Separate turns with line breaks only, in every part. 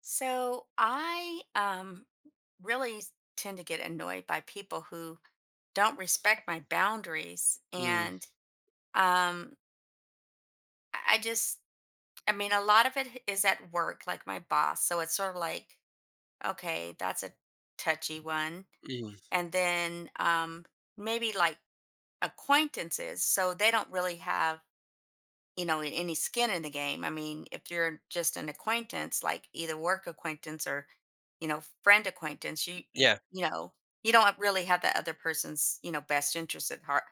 So I really tend to get annoyed by people who don't respect my boundaries.
Mm,
And um, I just, I mean, a lot of it is at work, like my boss. So it's sort of like, okay, that's a touchy one.
mm,
And then maybe like acquaintances. So they don't really have any skin in the game. I mean, if you're just an acquaintance, like either work acquaintance or, friend acquaintance,
yeah,
you don't really have the other person's, best interest at heart.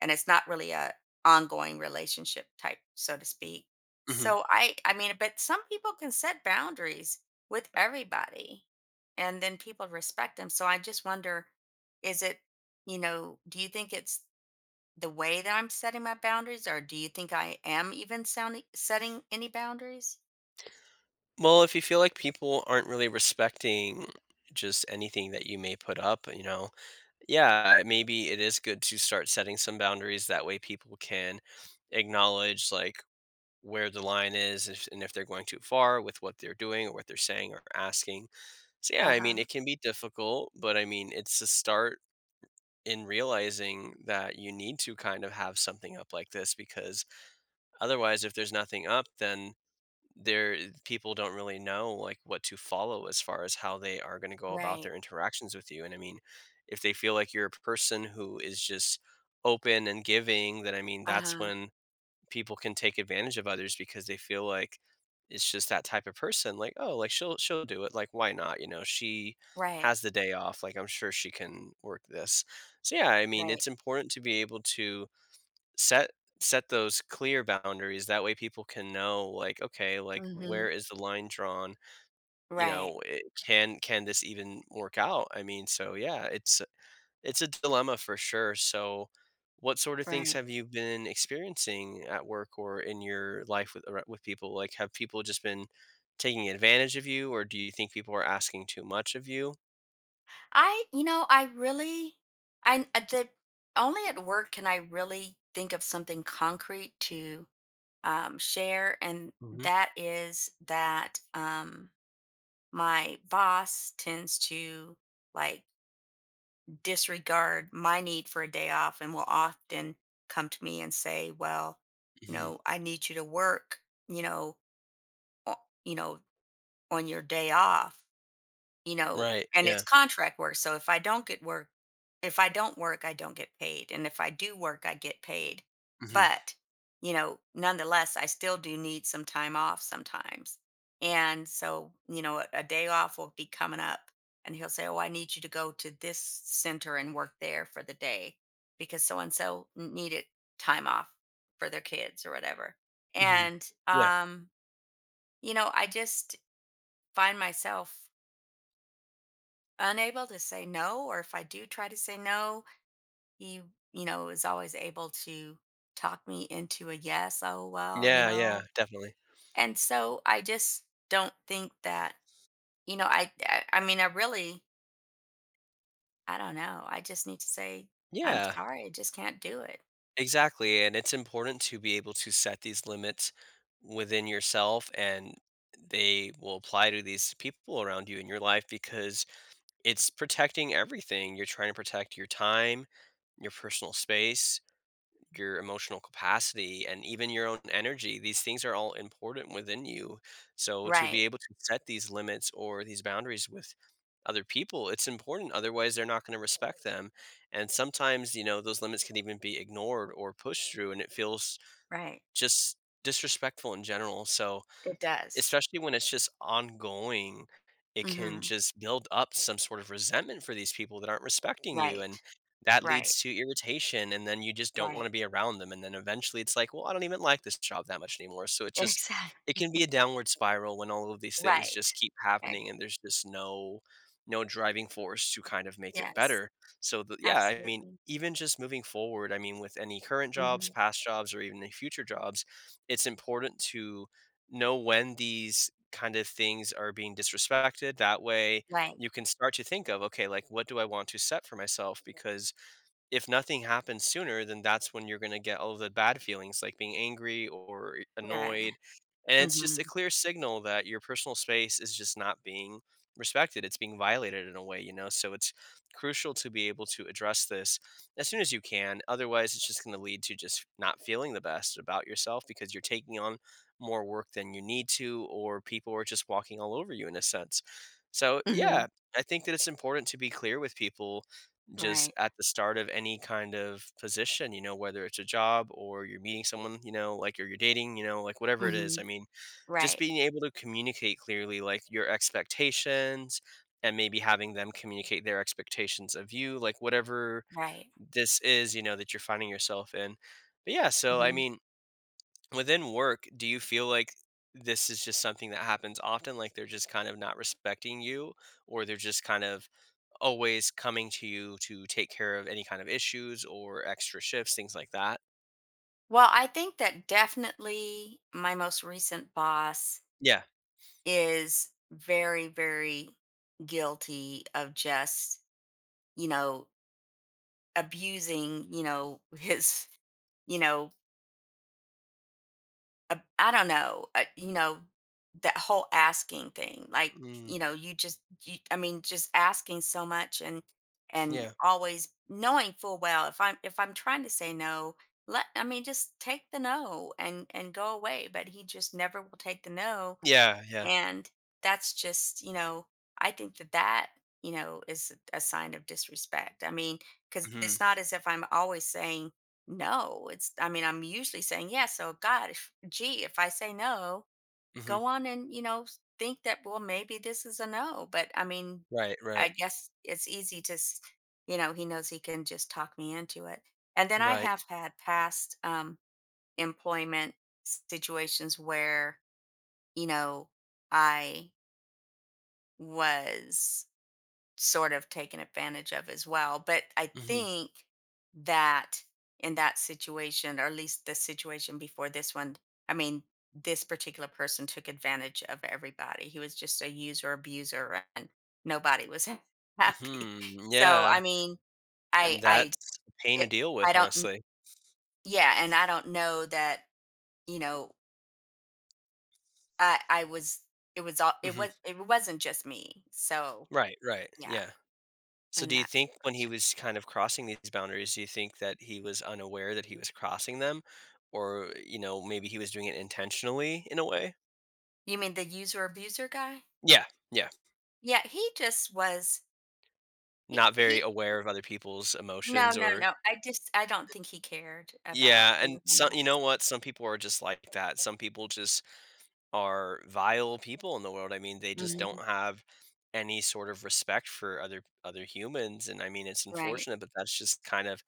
And it's not really a ongoing relationship type, so to speak.
mhm.
So I mean, but some people can set boundaries with everybody and then people respect them. So I just wonder, is it, do you think it's the way that I'm setting my boundaries, or do you think I am even sounding setting any boundaries?
Well, if you feel like people aren't really respecting just anything that you may put up, yeah, maybe it is good to start setting some boundaries. That way people can acknowledge like where the line is if, and if they're going too far with what they're doing or what they're saying or asking. So yeah,
Uh
I mean,
huh.
it can be difficult, but I mean, it's a start in realizing that you need to kind of have something up like this because otherwise if there's nothing up then people don't really know like what to follow as far as how they are going to go about
Right.
their interactions with you. And I mean, if they feel like you're a person who is just open and giving, then I mean
Uh
that's
huh.
when people can take advantage of others because they feel like it's just that type of person, like, oh, like, she'll do it, like, why not, you know, she
Right.
has the day off, like, I'm sure she can work this. So yeah, I mean,
Right.
it's important to be able to set set those clear boundaries. That way people can know, like, okay, like,
Mm-hmm.
where is the line drawn, you
Right.
know it, can this even work out, I mean. So yeah, it's a dilemma for sure. So what sort of things
Right.
have you been experiencing at work or in your life with people? Like, have people just been taking advantage of you, or do you think people are asking too much of you?
I, you know, I really, I the only at work can I really think of something concrete to share, and
Hmm.
that is that my boss tends to like disregard my need for a day off and will often come to me and say, "Well,
Hmm.
I need you to work, you know, o- you know, on your day off." you know,
Right,
and it's
yeah.
contract work. So if I don't work, I don't get paid. And if I do work, I get paid.
Hmm.
But, nonetheless, I still do need some time off sometimes. And so, a day off will be coming up and he'll say, "Oh, I need you to go to this center and work there for the day because so and so needed time off for their kids or whatever."
Hmm.
And,
Yeah.
I just find myself unable to say no, or if I do try to say no, he, is always able to talk me into a yes. Oh, well, you
Yeah, yeah,
know.
definitely.
And so I just don't think that, I mean, I don't know. I just need to say, "I'm
Yeah.
sorry. I just can't do it."
Exactly, and it's important to be able to set these limits within yourself, and they will apply to these people around you in your life because it's protecting everything. You're trying to protect your time, your personal space, your emotional capacity, and even your own energy. These things are all important within you, so to be
Right.
able to set these limits or these boundaries with other people, it's important, otherwise they're not going to respect them. And sometimes, you know, those limits can even be ignored or pushed through, and it feels
Right.
just disrespectful in general. So
It does.
especially when it's just ongoing, it can
Mm-hmm.
just build up some sort of resentment for these people that aren't respecting you, and
Right.
that
Right.
leads to irritation, and then you just don't
Right.
wanna be around them, and then eventually it's like, "Well, I don't even like this job that much anymore," so it just it
Exactly.
can be a downward spiral when all of these things just
Right.
keep
Right.
happening and there's just no no driving force to kind of make it
Yes.
better. So the yeah, I mean,
Absolutely.
even just moving forward, I mean, with any current jobs,
Hmm.
past jobs, or even any future jobs, it's important to know when these kind of things are being disrespected. That way,
Right.
you can start to think of, okay, like, what do I want to set for myself? Because if nothing happens sooner, then that's when you're going to get all of the bad feelings like being angry or
Yeah.
annoyed. And it's just
Hmm.
a clear signal that your personal space is just not being respected. It's being violated in a way, you know? So it's crucial to be able to address this as soon as you can. Otherwise, it's just going to lead to just not feeling the best about yourself because you're taking on more work than you need to, or people are just walking all over you in a sense. So, yeah,
Mhm.
I think that it's important to be clear with people just
Right.
at the start of any kind of position, you know, whether it's a job or you're meeting someone, you know, like or you're dating, you know, like whatever it is. I
Mhm.
mean, just
Right,
being able to communicate clearly like your expectations and maybe having them communicate their expectations of you, like whatever
right.
this is, you know, that you're finding yourself in. But yeah, so I
Mhm.
mean, within work, do you feel like this is just something that happens often, like they're just kind of not respecting you, or they're just kind of always coming to you to take care of any kind of issues or extra shifts, things like that?
Well, I think that definitely my most recent boss
Yeah.
is very, very guilty of just, you know, abusing, his, you know, I don't know, that whole asking thing, like,
Mm,
you just, you, I mean, just asking so much and,
yeah.
always knowing full well if I'm, trying to say no, I mean, just take the no and go away. But he just never will take the no.
Yeah, yeah.
And that's just, I think that that, is a sign of disrespect. I mean, because
Mhm,
it's not as if I'm always saying no. It's, I mean, I'm usually saying yes. So, God, if, gee, if I say no,
mhm.
go on and, think that, well, maybe this is a no. But I mean,
Right, right,
I guess it's easy to, s- he knows he can just talk me into it. And then I
right.
have had past employment situations where, you know, I was sort of taken advantage of as well. But I
Mhm,
think that in that situation, or at least the situation before this one, I mean, this particular person took advantage of everybody. He was just a user abuser and nobody was happy.
mhm,
So, I
yeah,
mean,
and
I,
that's a pain to
it,
deal
I
with,
don't, kn-
honestly.
yeah. And I don't know that, you know, I was, it was all, it
Mhm.
was, it wasn't just me. So
Right, right,
yeah.
yeah. So
And
do you
that's.
think when he was kind of crossing these boundaries, do you think that he was unaware that he was crossing them? Or, you know, maybe he was doing it intentionally in a way?
You mean the user abuser guy?
Yeah, yeah.
Yeah, he just was
Not very
he
aware of other people's
no,
emotions
no,
or
no, I don't think he cared about
Yeah, and
anyone
some you know
else.
what? Some people are just like that. Some people just are vile people in the world. I mean, they just
Mhm,
don't have any sort of respect for other humans, and I mean, it's
right,
unfortunate, but that's just kind of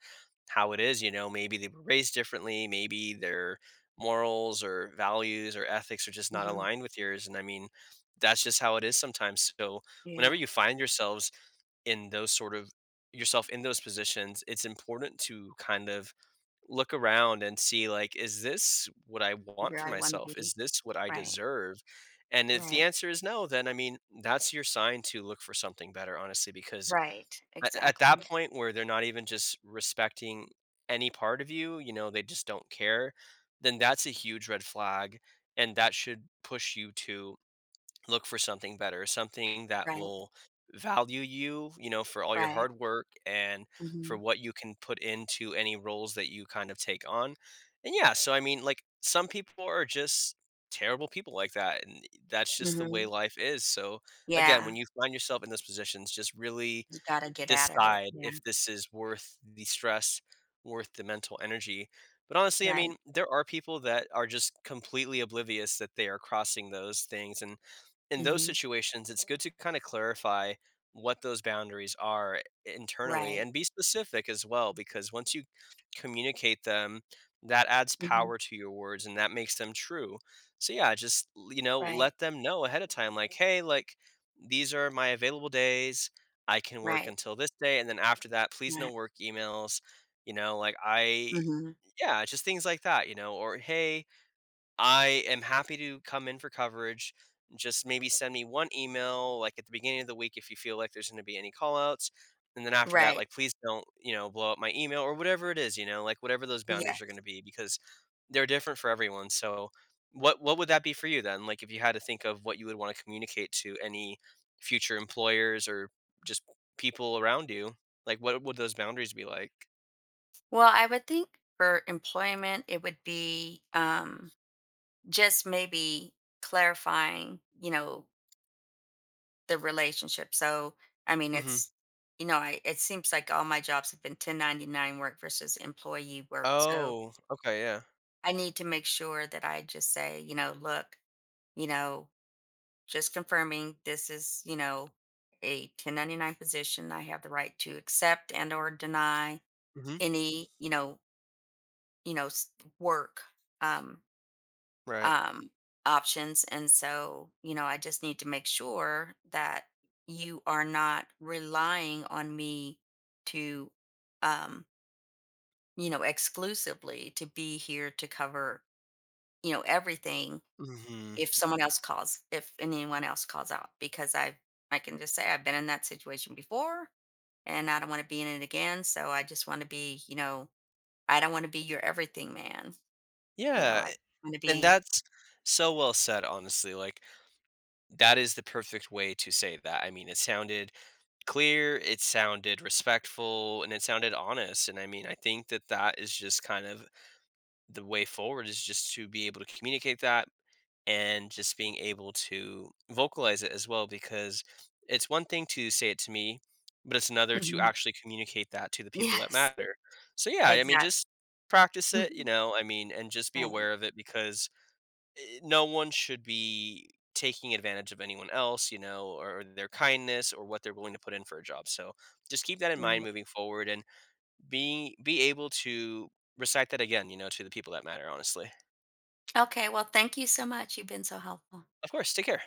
how it is, you know? Maybe they were raised differently, maybe their morals or values or ethics are just not
mhm,
aligned with yours, and I mean, that's just how it is sometimes. So, whenever
yeah,
you find yourselves in those sort of yourself in those positions, it's important to kind of look around and see like, is this what I want
where
for
I wanna
myself? Is
be.
this what I
Right,
deserve? And if the
right,
answer is no, then I mean, that's your sign to look for something better, honestly, because
right,
at that
exactly.
point where they're not even just respecting any part of you, you know, they just don't care, then that's a huge red flag. And that should push you to look for something better, something that
Right,
will value you, you know, for all your
right,
hard work and for
mhm,
what you can put into any roles that you kind of take on. And yeah, so I mean, like some people are just terrible people like that and that's just the way
mhm,
life is. So again,
yeah,
when you find yourself in those positions, just really
you gotta get out of it,
decide
yeah,
if this is worth the stress, worth the mental energy. But honestly, I
right,
mean, there are people that are just completely oblivious that they are crossing those things and in those
mhm,
situations, it's good to kind of clarify what those boundaries are internally
right,
and be specific as well, because once you communicate them, that adds
mhm,
power to your words and that makes them true. So, yeah, just, you know,
right,
let them know ahead of time, like, hey, like, these are my available days. I can work
right,
until this day. And then after that, please no
right,
work emails. You know, like, I,
mhm,
yeah, just things like that, you know, or hey, I am happy to come in for coverage. Just maybe send me one email like at the beginning of the week if you feel like there's going to be any call outs. And then after that,
right,
like please don't, you know, blow up my email or whatever it is, you know, like whatever those
yeah.
boundaries are going to be because they're different for everyone. So what would that be for you then? Like if you had to think of what you would want to communicate to any future employers or just people around you, like what would those boundaries be like?
Well, I would think for employment, it would be just maybe clarifying, the relationship. So, I mean,
Hmm.
it's, I it seems like all my jobs have been 1099 work versus employee work. So
Oh, okay, yeah.
I need to make sure that I just say, look, you know, just confirming this is, a 1099 position. I have the right to accept and or deny
Hmm.
any, you know, s- work. Um,
Right.
um, Options. And so, I just need to make sure that you are not relying on me to, um, exclusively to be here to cover, everything
Hmm.
if someone else calls, if anyone else calls out, because I can just say I've been in that situation before and I don't want to be in it again. So I just want to be, I don't want to be your everything man. You know,
Yeah.
I want to
And
be.
that's so well said, honestly, like, that is the perfect way to say that, I mean, it sounded clear, it sounded respectful, and it sounded honest, and I mean, I think that that is just kind of the way forward is just to be able to communicate that and just being able to vocalize it as well because it's one thing to say it to me, but it's another to
Mhm.
actually communicate that to the people that
Yes,
matter. So, yeah, I mean,
exactly.
just practice it, you know, I mean, and just be
Right.
aware of it because no one should be taking advantage of anyone else, you know, or their kindness or what they're willing to put in for a job. So just keep that in mind
Right.
moving forward and being be able to recite that again, you know, to the people that matter, honestly.
Okay. Well, thank you so much. You've been so helpful.
Of course, take care.